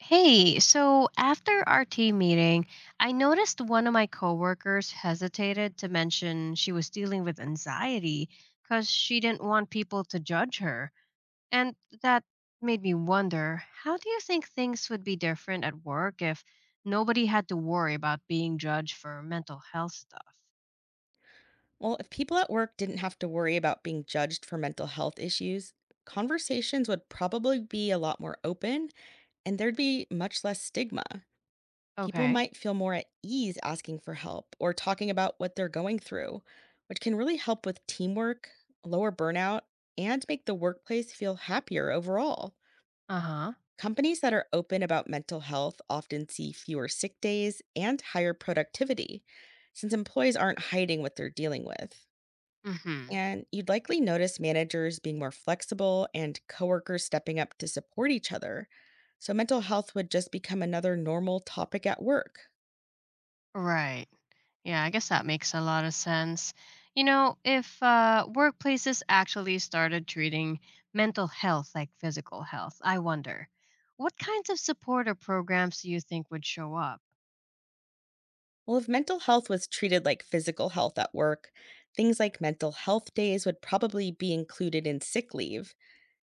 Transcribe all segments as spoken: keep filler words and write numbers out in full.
Hey, so after our team meeting, I noticed one of my coworkers hesitated to mention she was dealing with anxiety because she didn't want people to judge her. And that made me wonder, how do you think things would be different at work if nobody had to worry about being judged for mental health stuff? Well, if people at work didn't have to worry about being judged for mental health issues, conversations would probably be a lot more open and there'd be much less stigma. People Okay. might feel more at ease asking for help or talking about what they're going through, which can really help with teamwork, lower burnout, and make the workplace feel happier overall. Uh huh. Companies that are open about mental health often see fewer sick days and higher productivity, since employees aren't hiding what they're dealing with. Mm hmm. And you'd likely notice managers being more flexible and coworkers stepping up to support each other. So mental health would just become another normal topic at work. Right. Yeah, I guess that makes a lot of sense. You know, if uh, workplaces actually started treating mental health like physical health, I wonder what kinds of support or programs do you think would show up? Well, if mental health was treated like physical health at work, things like mental health days would probably be included in sick leave.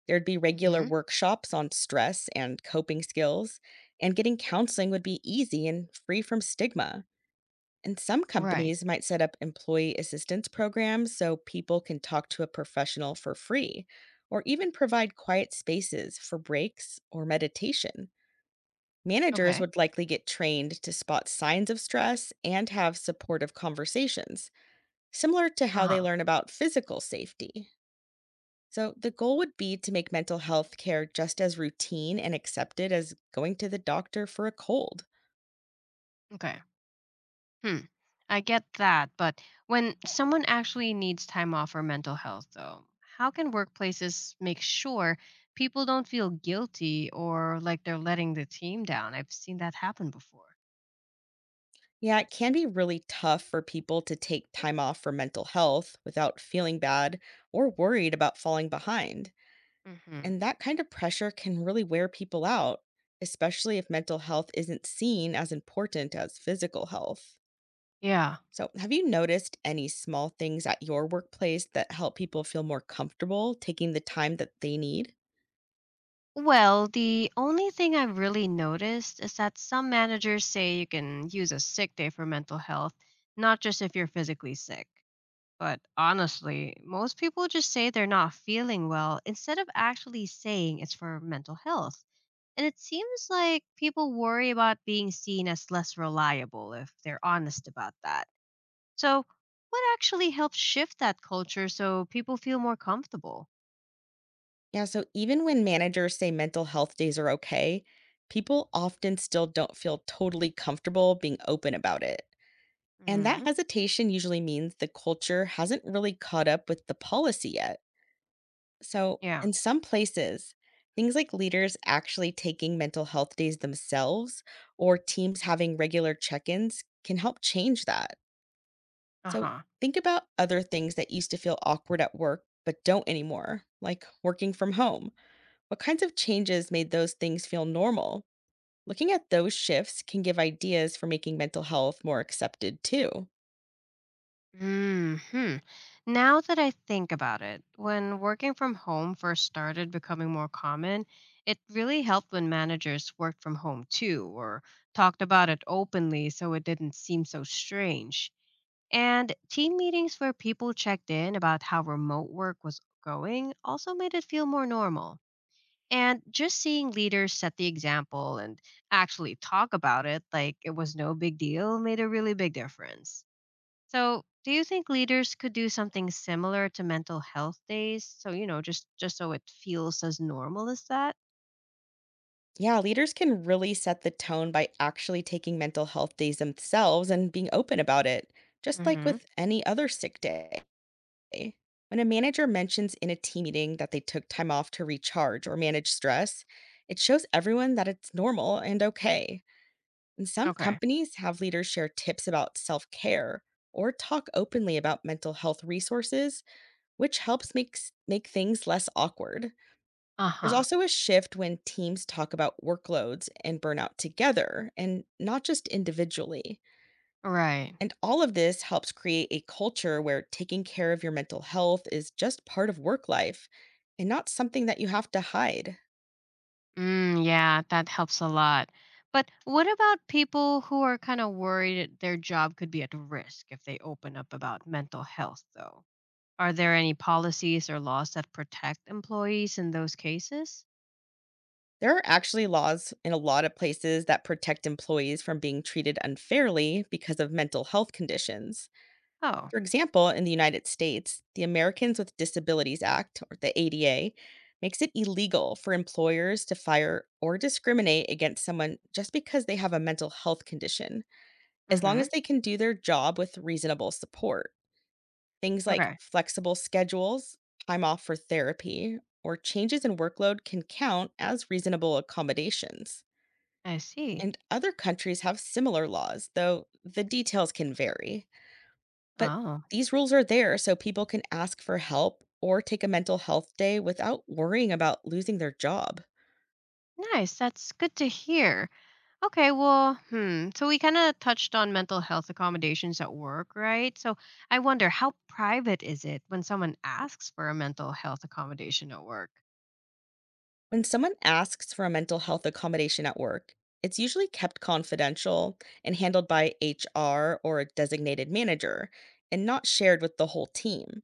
There'd be regular Hmm. workshops on stress and coping skills, and getting counseling would be easy and free from stigma. And some Right. companies might set up employee assistance programs so people can talk to a professional for free, or even provide quiet spaces for breaks or meditation. Managers Okay. would likely get trained to spot signs of stress and have supportive conversations, similar to Uh how they huh. learn about physical safety. So, the goal would be to make mental health care just as routine and accepted as going to the doctor for a cold. Okay. Hmm. I get that. But when someone actually needs time off for mental health, though, how can workplaces make sure people don't feel guilty or like they're letting the team down? I've seen that happen before. Yeah, it can be really tough for people to take time off for mental health without feeling bad or worried about falling behind. Hmm. And that kind of pressure can really wear people out, especially if mental health isn't seen as important as physical health. Yeah. So, have you noticed any small things at your workplace that help people feel more comfortable taking the time that they need? Well, the only thing I've really noticed is that some managers say you can use a sick day for mental health, not just if you're physically sick. But honestly, most people just say they're not feeling well instead of actually saying it's for mental health. And it seems like people worry about being seen as less reliable if they're honest about that. So, what actually helps shift that culture so people feel more comfortable? Yeah, so even when managers say mental health days are okay, people often still don't feel totally comfortable being open about it. And that Hmm. hesitation usually means the culture hasn't really caught up with the policy yet. So, Yeah. in some places, things like leaders actually taking mental health days themselves or teams having regular check ins can help change that. Uh So, huh. think about other things that used to feel awkward at work but don't anymore, like working from home. What kinds of changes made those things feel normal? Looking at those shifts can give ideas for making mental health more accepted too. Hmm. Now that I think about it, when working from home first started becoming more common, it really helped when managers worked from home too, or talked about it openly so it didn't seem so strange. And team meetings where people checked in about how remote work was going also made it feel more normal. And just seeing leaders set the example and actually talk about it like it was no big deal made a really big difference. So, do you think leaders could do something similar to mental health days? So, you know, just just so it feels as normal as that? Yeah, leaders can really set the tone by actually taking mental health days themselves and being open about it, just like Hmm. with any other sick day. When a manager mentions in a team meeting that they took time off to recharge or manage stress, it shows everyone that it's normal and okay. And some Okay. companies have leaders share tips about self care or talk openly about mental health resources, which helps make, make things less awkward. There's Uh-huh. also a shift when teams talk about workloads and burnout together and not just individually. Right. And all of this helps create a culture where taking care of your mental health is just part of work life and not something that you have to hide. Mm, yeah, that helps a lot. But what about people who are kind of worried their job could be at risk if they open up about mental health though? Are there any policies or laws that protect employees in those cases? There are actually laws in a lot of places that protect employees from being treated unfairly because of mental health conditions. Oh. For example, in the United States, the Americans with Disabilities Act, or the A D A, makes it illegal for employers to fire or discriminate against someone just because they have a mental health condition, as long Mm-hmm. as they can do their job with reasonable support. Things like Okay. flexible schedules, time off for therapy, or changes in workload can count as reasonable accommodations. I see. And other countries have similar laws, though the details can vary. But Oh, these rules are there so people can ask for help or take a mental health day without worrying about losing their job. nice. That's good to hear. Okay, well, hmm. So we kind of touched on mental health accommodations at work, right? So I wonder, how private is it when someone asks for a mental health accommodation at work? When someone asks for a mental health accommodation at work, it's usually kept confidential and handled by H R or a designated manager and not shared with the whole team.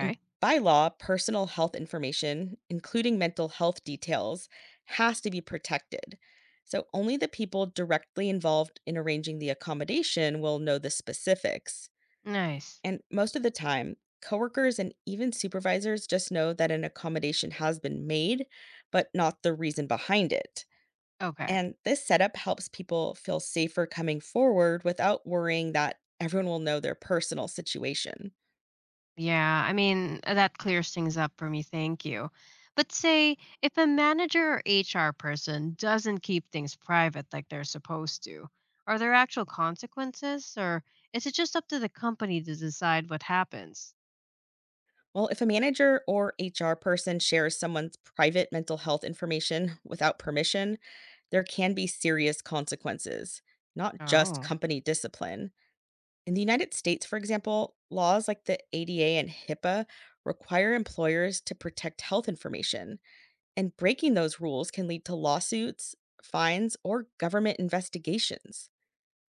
And by law, personal health information, including mental health details, has to be protected. So only the people directly involved in arranging the accommodation will know the specifics. Nice. And most of the time, coworkers and even supervisors just know that an accommodation has been made, but not the reason behind it. Okay. And this setup helps people feel safer coming forward without worrying that everyone will know their personal situation. Yeah, I mean, uh, that clears things up for me. Thank you. But say if a manager or H R person doesn't keep things private like they're supposed to, are there actual consequences, or is it just up to the company to decide what happens? Well, if a manager or H R person shares someone's private mental health information without permission, there can be serious consequences, not just Oh. company discipline. In the United States, for example, laws like the A D A and HIPAA require employers to protect health information, and breaking those rules can lead to lawsuits, fines, or government investigations.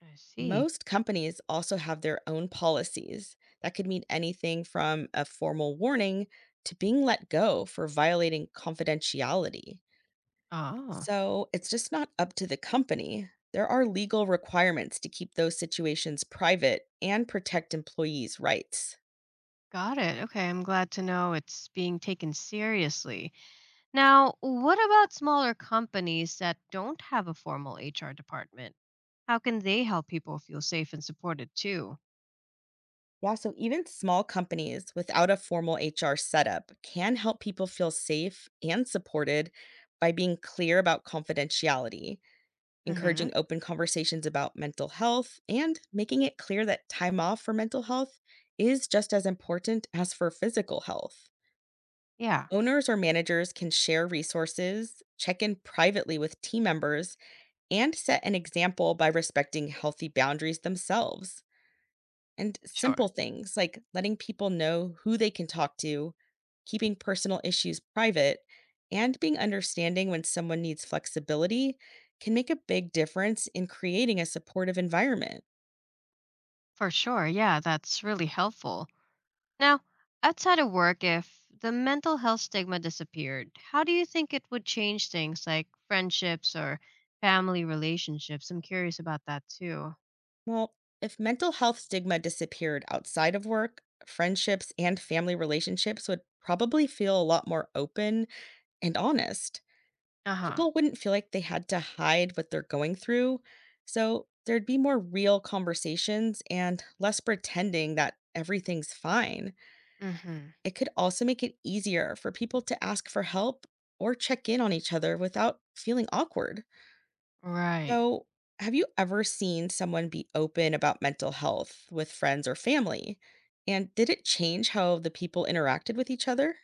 I see. Most companies also have their own policies that could mean anything from a formal warning to being let go for violating confidentiality. Oh, So it's just not up to the company. There are legal requirements to keep those situations private and protect employees' rights. got it. Okay, I'm glad to know it's being taken seriously. Now, what about smaller companies that don't have a formal H R department? How can they help people feel safe and supported too? Yeah, so even small companies without a formal H R setup can help people feel safe and supported by being clear about confidentiality, Hmm. encouraging open conversations about mental health, and making it clear that time off for mental health is just as important as for physical health. Yeah, Owners or managers can share resources, check in privately with team members, and set an example by respecting healthy boundaries themselves. And sure. simple things like letting people know who they can talk to, keeping personal issues private, and being understanding when someone needs flexibility can make a big difference in creating a supportive environment. For sure. Yeah, that's really helpful. Now, outside of work, if the mental health stigma disappeared, how do you think it would change things like friendships or family relationships? I'm curious about that too. Well, if mental health stigma disappeared outside of work, friendships and family relationships would probably feel a lot more open and honest. Uh huh. People wouldn't feel like they had to hide what they're going through. So there'd be more real conversations and less pretending that everything's fine. Mm hmm. It could also make it easier for people to ask for help or check in on each other without feeling awkward. Right. So, have you ever seen someone be open about mental health with friends or family? And did it change how the people interacted with each other?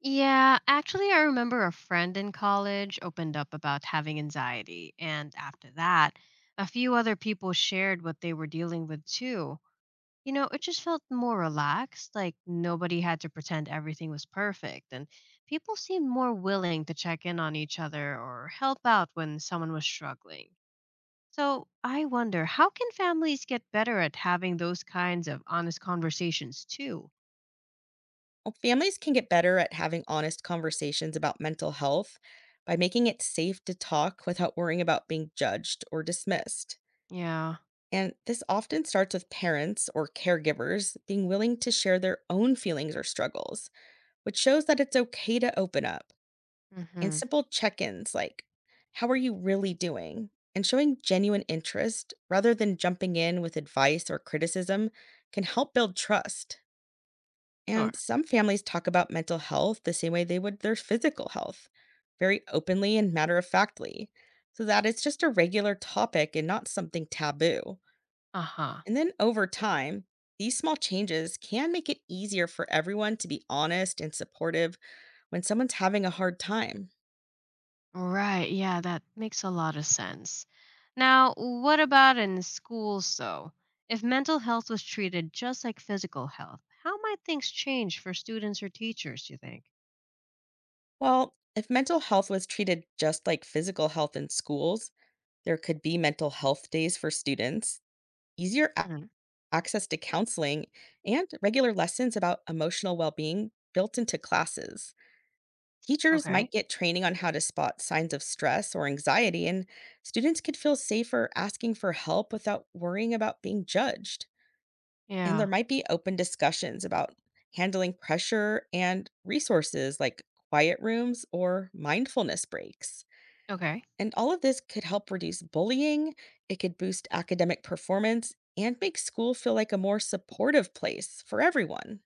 Yeah, actually, I remember a friend in college opened up about having anxiety, and after that, a few other people shared what they were dealing with too. You know, it just felt more relaxed, like nobody had to pretend everything was perfect, and people seemed more willing to check in on each other or help out when someone was struggling. So, I wonder, how can families get better at having those kinds of honest conversations too? Well, families can get better at having honest conversations about mental health by making it safe to talk without worrying about being judged or dismissed. Yeah. And this often starts with parents or caregivers being willing to share their own feelings or struggles, which shows that it's okay to open up. And Mhm. simple check ins like, "How are you really doing?" and showing genuine interest rather than jumping in with advice or criticism can help build trust. Sure. And some families talk about mental health the same way they would their physical health, very openly and matter of factly, so that it's just a regular topic and not something taboo. Uh-huh. And then over time, these small changes can make it easier for everyone to be honest and supportive when someone's having a hard time. Right, yeah, that makes a lot of sense. Now, what about in schools, though? If mental health was treated just like physical health, how might things change for students or teachers, do you think? Well, if mental health was treated just like physical health in schools, there could be mental health days for students, easier Mhm. access to counseling, and regular lessons about emotional well being built into classes. Teachers Okay. might get training on how to spot signs of stress or anxiety, and students could feel safer asking for help without worrying about being judged. And there Yeah, might be open discussions about handling pressure and resources like quiet rooms or mindfulness breaks. okay. And all of this could help reduce bullying, it could boost academic performance, and make school feel like a more supportive place for everyone.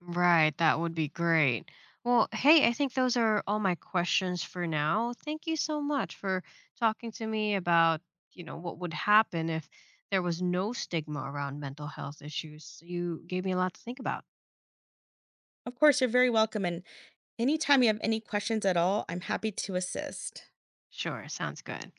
Right, that would be great. Well, hey, I think those are all my questions for now. Thank you so much for talking to me about, you know, what would happen if there was no stigma around mental health issues. You gave me a lot to think about. Of course, you're very welcome. And anytime you have any questions at all, I'm happy to assist. Sure, sounds good.